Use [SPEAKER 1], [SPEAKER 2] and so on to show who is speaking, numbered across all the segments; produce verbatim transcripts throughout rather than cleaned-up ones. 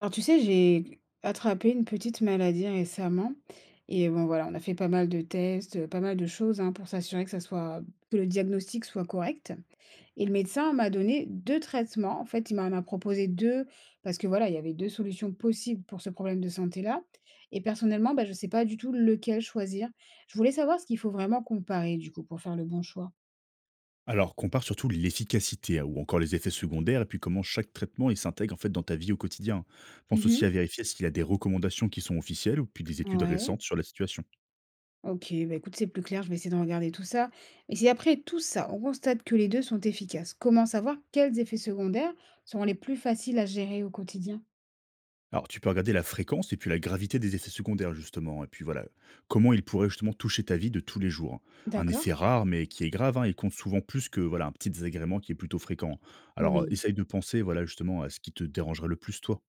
[SPEAKER 1] Alors tu sais, j'ai attrapé une petite maladie récemment et bon voilà, on a fait pas mal de tests, heu, pas mal de choses, hein, pour s'assurer que ça soit que le diagnostic soit correct. Et le médecin m'a donné deux traitements. En fait, il m'en m'a proposé deux, parce que voilà, il y avait deux solutions possibles pour ce problème de santé-là, et personnellement, bah, je ne sais pas du tout lequel choisir. Je voulais savoir ce qu'il faut vraiment comparer du coup pour faire le bon choix.
[SPEAKER 2] Alors, compare surtout l'efficacité hein, ou encore les effets secondaires et puis comment chaque traitement il s'intègre en fait dans ta vie au quotidien. Pense aussi
[SPEAKER 1] Mmh.
[SPEAKER 2] à vérifier s'il y a des recommandations qui sont officielles ou puis des études
[SPEAKER 1] Ouais.
[SPEAKER 2] récentes sur la situation.
[SPEAKER 1] OK, bah, écoute, c'est plus clair, je vais essayer de regarder tout ça. Et si après tout ça, on constate que les deux sont efficaces, comment savoir quels effets secondaires seront les plus faciles à gérer au quotidien?
[SPEAKER 2] Alors, tu peux regarder la fréquence et puis la gravité des effets secondaires justement et puis voilà comment ils pourraient justement toucher ta vie de tous les jours, hein. Un
[SPEAKER 1] D'accord?
[SPEAKER 2] effet rare mais qui est grave, hein, il compte souvent plus que voilà un petit désagrément qui est plutôt fréquent. Alors,
[SPEAKER 1] Oui.
[SPEAKER 2] essaye de penser voilà justement à ce qui te dérangerait le plus toi.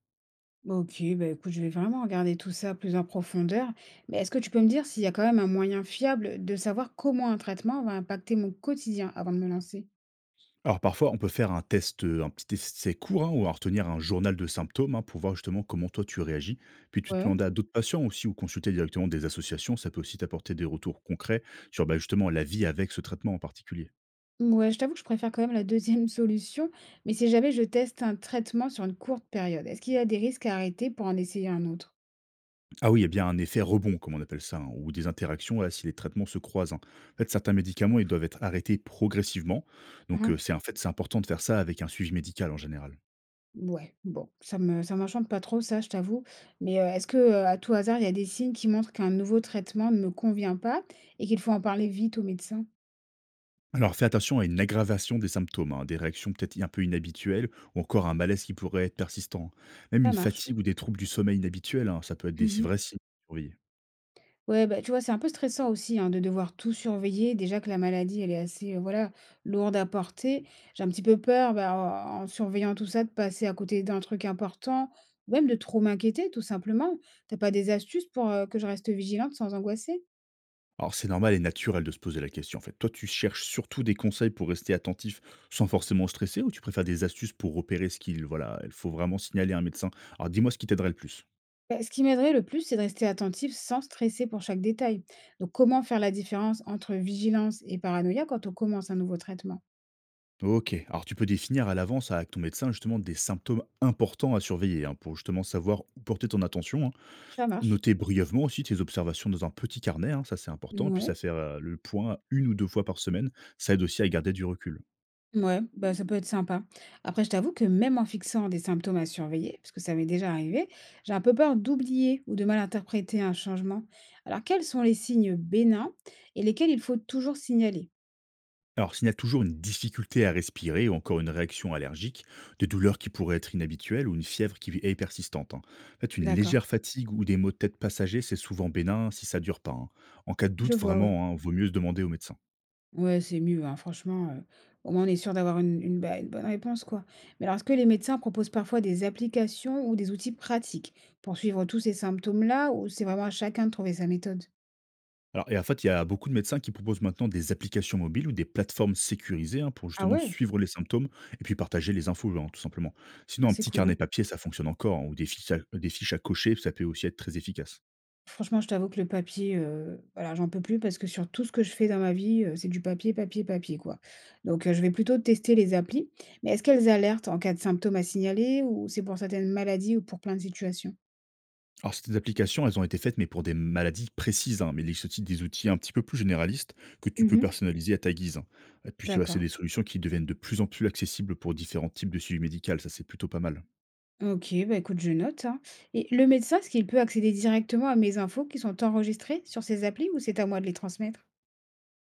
[SPEAKER 1] OK, bah, écoute, je vais vraiment regarder tout ça plus en profondeur. Mais est-ce que tu peux me dire s'il y a quand même un moyen fiable de savoir comment un traitement va impacter mon quotidien avant de me lancer?
[SPEAKER 2] Alors parfois, on peut faire un test, heu, un petit essai court, hein, ou alors tenir un journal de symptômes, hein, pour voir justement comment toi tu réagis. Puis tu te
[SPEAKER 1] Ouais.
[SPEAKER 2] demandes à d'autres patients aussi ou consulter directement des associations, ça peut aussi t'apporter des retours concrets sur, bah, justement la vie avec ce traitement en particulier.
[SPEAKER 1] Ouais, je t'avoue que je préfère quand même la deuxième solution, mais si jamais je teste un traitement sur une courte période, est-ce qu'il y a des risques à arrêter pour en essayer un autre?
[SPEAKER 2] Ah oui, il y a bien un effet rebond comme on appelle ça, hein, ou des interactions, voilà, si les traitements se croisent, hein. En fait, certains médicaments, ils
[SPEAKER 1] Ouf.
[SPEAKER 2] doivent être arrêtés progressivement, donc heu, c'est en fait, c'est important de faire ça avec un suivi médical en général.
[SPEAKER 1] Ouais, bon, ça me ça m'enchante pas trop ça, je t'avoue. Mais, heu, est-ce que, heu, à tout hasard, il y a des signes qui montrent qu'un nouveau traitement ne me convient pas et qu'il faut en parler vite au médecin?
[SPEAKER 2] Alors fais attention à une aggravation des symptômes, hein, des réactions peut-être un peu inhabituelles ou encore un malaise qui pourrait être persistant. Même une
[SPEAKER 1] Ça marche.
[SPEAKER 2] fatigue ou des troubles du sommeil inhabituels, hein, ça peut être des
[SPEAKER 1] Mmh.
[SPEAKER 2] vrais signes à surveiller.
[SPEAKER 1] Ouais, bah, tu vois, c'est un peu stressant aussi, hein, de devoir tout surveiller. Déjà que la maladie, elle est assez, heu, voilà, lourde à porter. J'ai un petit peu peur, bah, en en surveillant tout ça, de passer à côté d'un truc important ou même de trop m'inquiéter, tout simplement. T'as pas des astuces pour, heu, que je reste vigilante sans angoisser?
[SPEAKER 2] Alors c'est normal et naturel de se poser la question. En fait, toi tu cherches surtout des conseils pour rester attentif sans forcément stresser ou tu préfères des astuces pour repérer ce qu'il voilà, il faut vraiment signaler à un médecin. Alors dis-moi ce qui t'aiderait le plus.
[SPEAKER 1] Bah, ce qui m'aiderait le plus, c'est de rester attentif sans stresser pour chaque détail. Donc, comment faire la différence entre vigilance et paranoïa quand on commence un nouveau traitement?
[SPEAKER 2] Ok, alors tu peux définir à l'avance avec ton médecin justement des symptômes importants à surveiller hein, pour justement savoir où porter ton attention.
[SPEAKER 1] Ça marche.
[SPEAKER 2] Noter brièvement aussi tes observations dans un petit carnet, hein, ça c'est important, puis ça
[SPEAKER 1] Ouais,
[SPEAKER 2] fait euh, le point une ou deux fois par semaine, ça aide aussi à garder du recul.
[SPEAKER 1] ouais, bah ça peut être sympa. Après, je t'avoue que même en fixant des symptômes à surveiller, parce que ça m'est déjà arrivé, j'ai un peu peur d'oublier ou de mal interpréter un changement. Alors, quels sont les signes bénins et lesquels il faut toujours signaler?
[SPEAKER 2] Alors s'il y a toujours une difficulté à respirer ou encore une réaction allergique, des douleurs qui pourraient être inhabituelles ou une fièvre qui est persistante, hein. En fait une
[SPEAKER 1] D'accord,
[SPEAKER 2] légère fatigue ou des maux de tête passagers, c'est souvent bénin si ça dure pas, hein. En cas de
[SPEAKER 1] je
[SPEAKER 2] doute
[SPEAKER 1] vois, ouais.
[SPEAKER 2] vraiment, hein, vaut mieux se demander au médecin.
[SPEAKER 1] Ouais, c'est mieux, hein, franchement, heu, au moins on est sûr d'avoir une une bah, une bonne réponse, quoi. Mais alors, est-ce que les médecins proposent parfois des applications ou des outils pratiques pour suivre tous ces symptômes-là ou c'est vraiment à chacun de trouver sa méthode?
[SPEAKER 2] Alors, et en fait, il y a beaucoup de médecins qui proposent maintenant des applications mobiles ou des plateformes sécurisées hein, pour
[SPEAKER 1] Ah
[SPEAKER 2] justement
[SPEAKER 1] ouais?
[SPEAKER 2] suivre les symptômes et puis partager les infos, hein, tout simplement. Sinon,
[SPEAKER 1] Ah,
[SPEAKER 2] un
[SPEAKER 1] c'est
[SPEAKER 2] petit
[SPEAKER 1] cool,
[SPEAKER 2] carnet
[SPEAKER 1] hein.
[SPEAKER 2] papier, ça fonctionne encore, hein, ou des fiches, à, des fiches à cocher, ça peut aussi être très efficace.
[SPEAKER 1] Franchement, je t'avoue que le papier, heu, voilà, j'en peux plus parce que sur tout ce que je fais dans ma vie, heu, c'est du papier, papier, papier, quoi. Donc, heu, je vais plutôt tester les applis. Mais est-ce qu'elles alertent en cas de symptômes à signaler ou c'est pour certaines maladies ou pour plein de situations?
[SPEAKER 2] Alors, ces applications, elles ont été faites, mais pour des maladies précises, hein, mais il existe aussi des outils un petit peu plus généralistes que tu peux
[SPEAKER 1] Mhm.
[SPEAKER 2] personnaliser à ta guise, hein. Et puis, tu vois, c'est
[SPEAKER 1] D'accord.
[SPEAKER 2] des solutions qui deviennent de plus en plus accessibles pour différents types de suivi médical, ça c'est plutôt pas mal.
[SPEAKER 1] OK, bah, écoute, je note, hein. Et le médecin, est-ce qu'il peut accéder directement à mes infos qui sont enregistrées sur ces applis ou c'est à moi de les transmettre?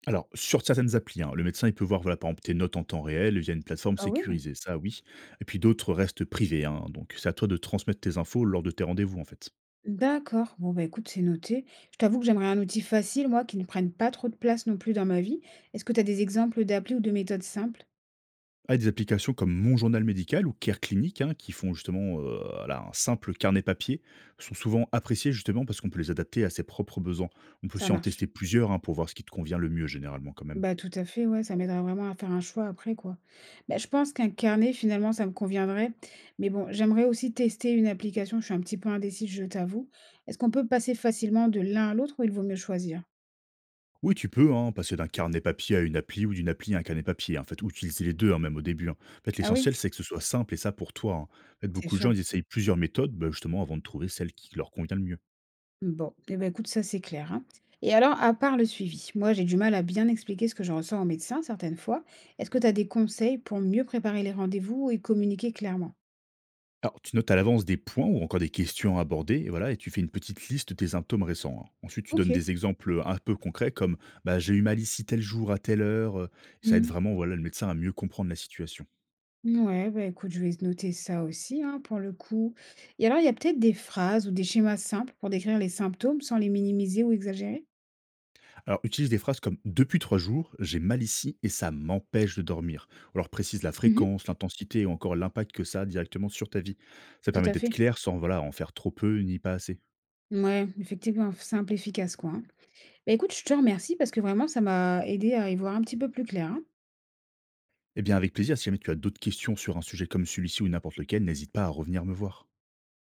[SPEAKER 2] Alors, sur certaines applis, hein, le médecin il peut voir, voilà, par exemple, tes notes en temps réel via une plateforme
[SPEAKER 1] Ah oui?
[SPEAKER 2] sécurisée, ça oui. Et puis d'autres restent privés, hein, donc c'est à toi de transmettre tes infos lors de tes rendez-vous en fait.
[SPEAKER 1] D'accord. Bon, bah écoute, c'est noté. Je t'avoue que j'aimerais un outil facile, moi, qui ne prenne pas trop de place non plus dans ma vie. Est-ce que tu as des exemples d'applis ou de méthodes simples?
[SPEAKER 2] Ah, des applications comme Mon Journal Médical ou Care Clinique, hein, qui font justement euh, voilà, un simple carnet papier, sont souvent appréciées justement parce qu'on peut les adapter à ses propres besoins. On peut
[SPEAKER 1] Ça
[SPEAKER 2] aussi en
[SPEAKER 1] marche.
[SPEAKER 2] tester plusieurs hein, pour voir ce qui te convient le mieux généralement quand même.
[SPEAKER 1] Bah tout à fait, ouais, ça m'aiderait vraiment à faire un choix après, quoi. Bah, je pense qu'un carnet, finalement, ça me conviendrait. Mais bon, j'aimerais aussi tester une application. Je suis un petit peu indécise, je t'avoue. Est-ce qu'on peut passer facilement de l'un à l'autre ou il vaut mieux choisir?
[SPEAKER 2] Oui, tu peux hein, passer d'un carnet papier à une appli ou d'une appli à un carnet papier, en fait, ou utiliser les deux, hein, même au début, hein. En fait,
[SPEAKER 1] Ah
[SPEAKER 2] l'essentiel,
[SPEAKER 1] oui,
[SPEAKER 2] c'est que ce soit simple et ça pour toi, hein. En fait,
[SPEAKER 1] c'est
[SPEAKER 2] beaucoup de gens,
[SPEAKER 1] sûr.
[SPEAKER 2] ils essayent plusieurs méthodes, bah, justement, avant de trouver celle qui leur convient le mieux.
[SPEAKER 1] Bon, et ben écoute, ça c'est clair, hein. Et alors, à part le suivi, moi j'ai du mal à bien expliquer ce que je ressens au médecin certaines fois. Est-ce que tu as des conseils pour mieux préparer les rendez-vous et communiquer clairement?
[SPEAKER 2] Alors, tu notes à l'avance des points ou encore des questions à aborder, et voilà, et tu fais une petite liste de tes symptômes récents, hein. Ensuite, tu donnes
[SPEAKER 1] Ok.
[SPEAKER 2] des exemples un peu concrets comme bah, j'ai eu mal ici tel jour à telle heure. euh, Ça aide
[SPEAKER 1] Mm.
[SPEAKER 2] vraiment voilà, le médecin à mieux comprendre la situation.
[SPEAKER 1] Ouais, bah écoute, je vais noter ça aussi, hein, pour le coup. Et alors, il y a peut-être des phrases ou des schémas simples pour décrire les symptômes sans les minimiser ou exagérer?
[SPEAKER 2] Alors, utilise des phrases comme «Depuis trois jours, j'ai mal ici et ça m'empêche de dormir». Ou alors précise la
[SPEAKER 1] Mhm,
[SPEAKER 2] fréquence, l'intensité ou encore l'impact que ça a directement sur ta vie. Ça
[SPEAKER 1] tout
[SPEAKER 2] permet
[SPEAKER 1] à
[SPEAKER 2] d'être
[SPEAKER 1] fait.
[SPEAKER 2] clair sans voilà, en faire trop peu ni pas assez.
[SPEAKER 1] Ouais, effectivement, simple, efficace, quoi. Hein. Bah écoute, je te remercie parce que vraiment, ça m'a aidé à y voir un petit peu plus clair, hein.
[SPEAKER 2] Eh bien, avec plaisir, si jamais tu as d'autres questions sur un sujet comme celui-ci ou n'importe lequel, n'hésite pas à revenir me voir.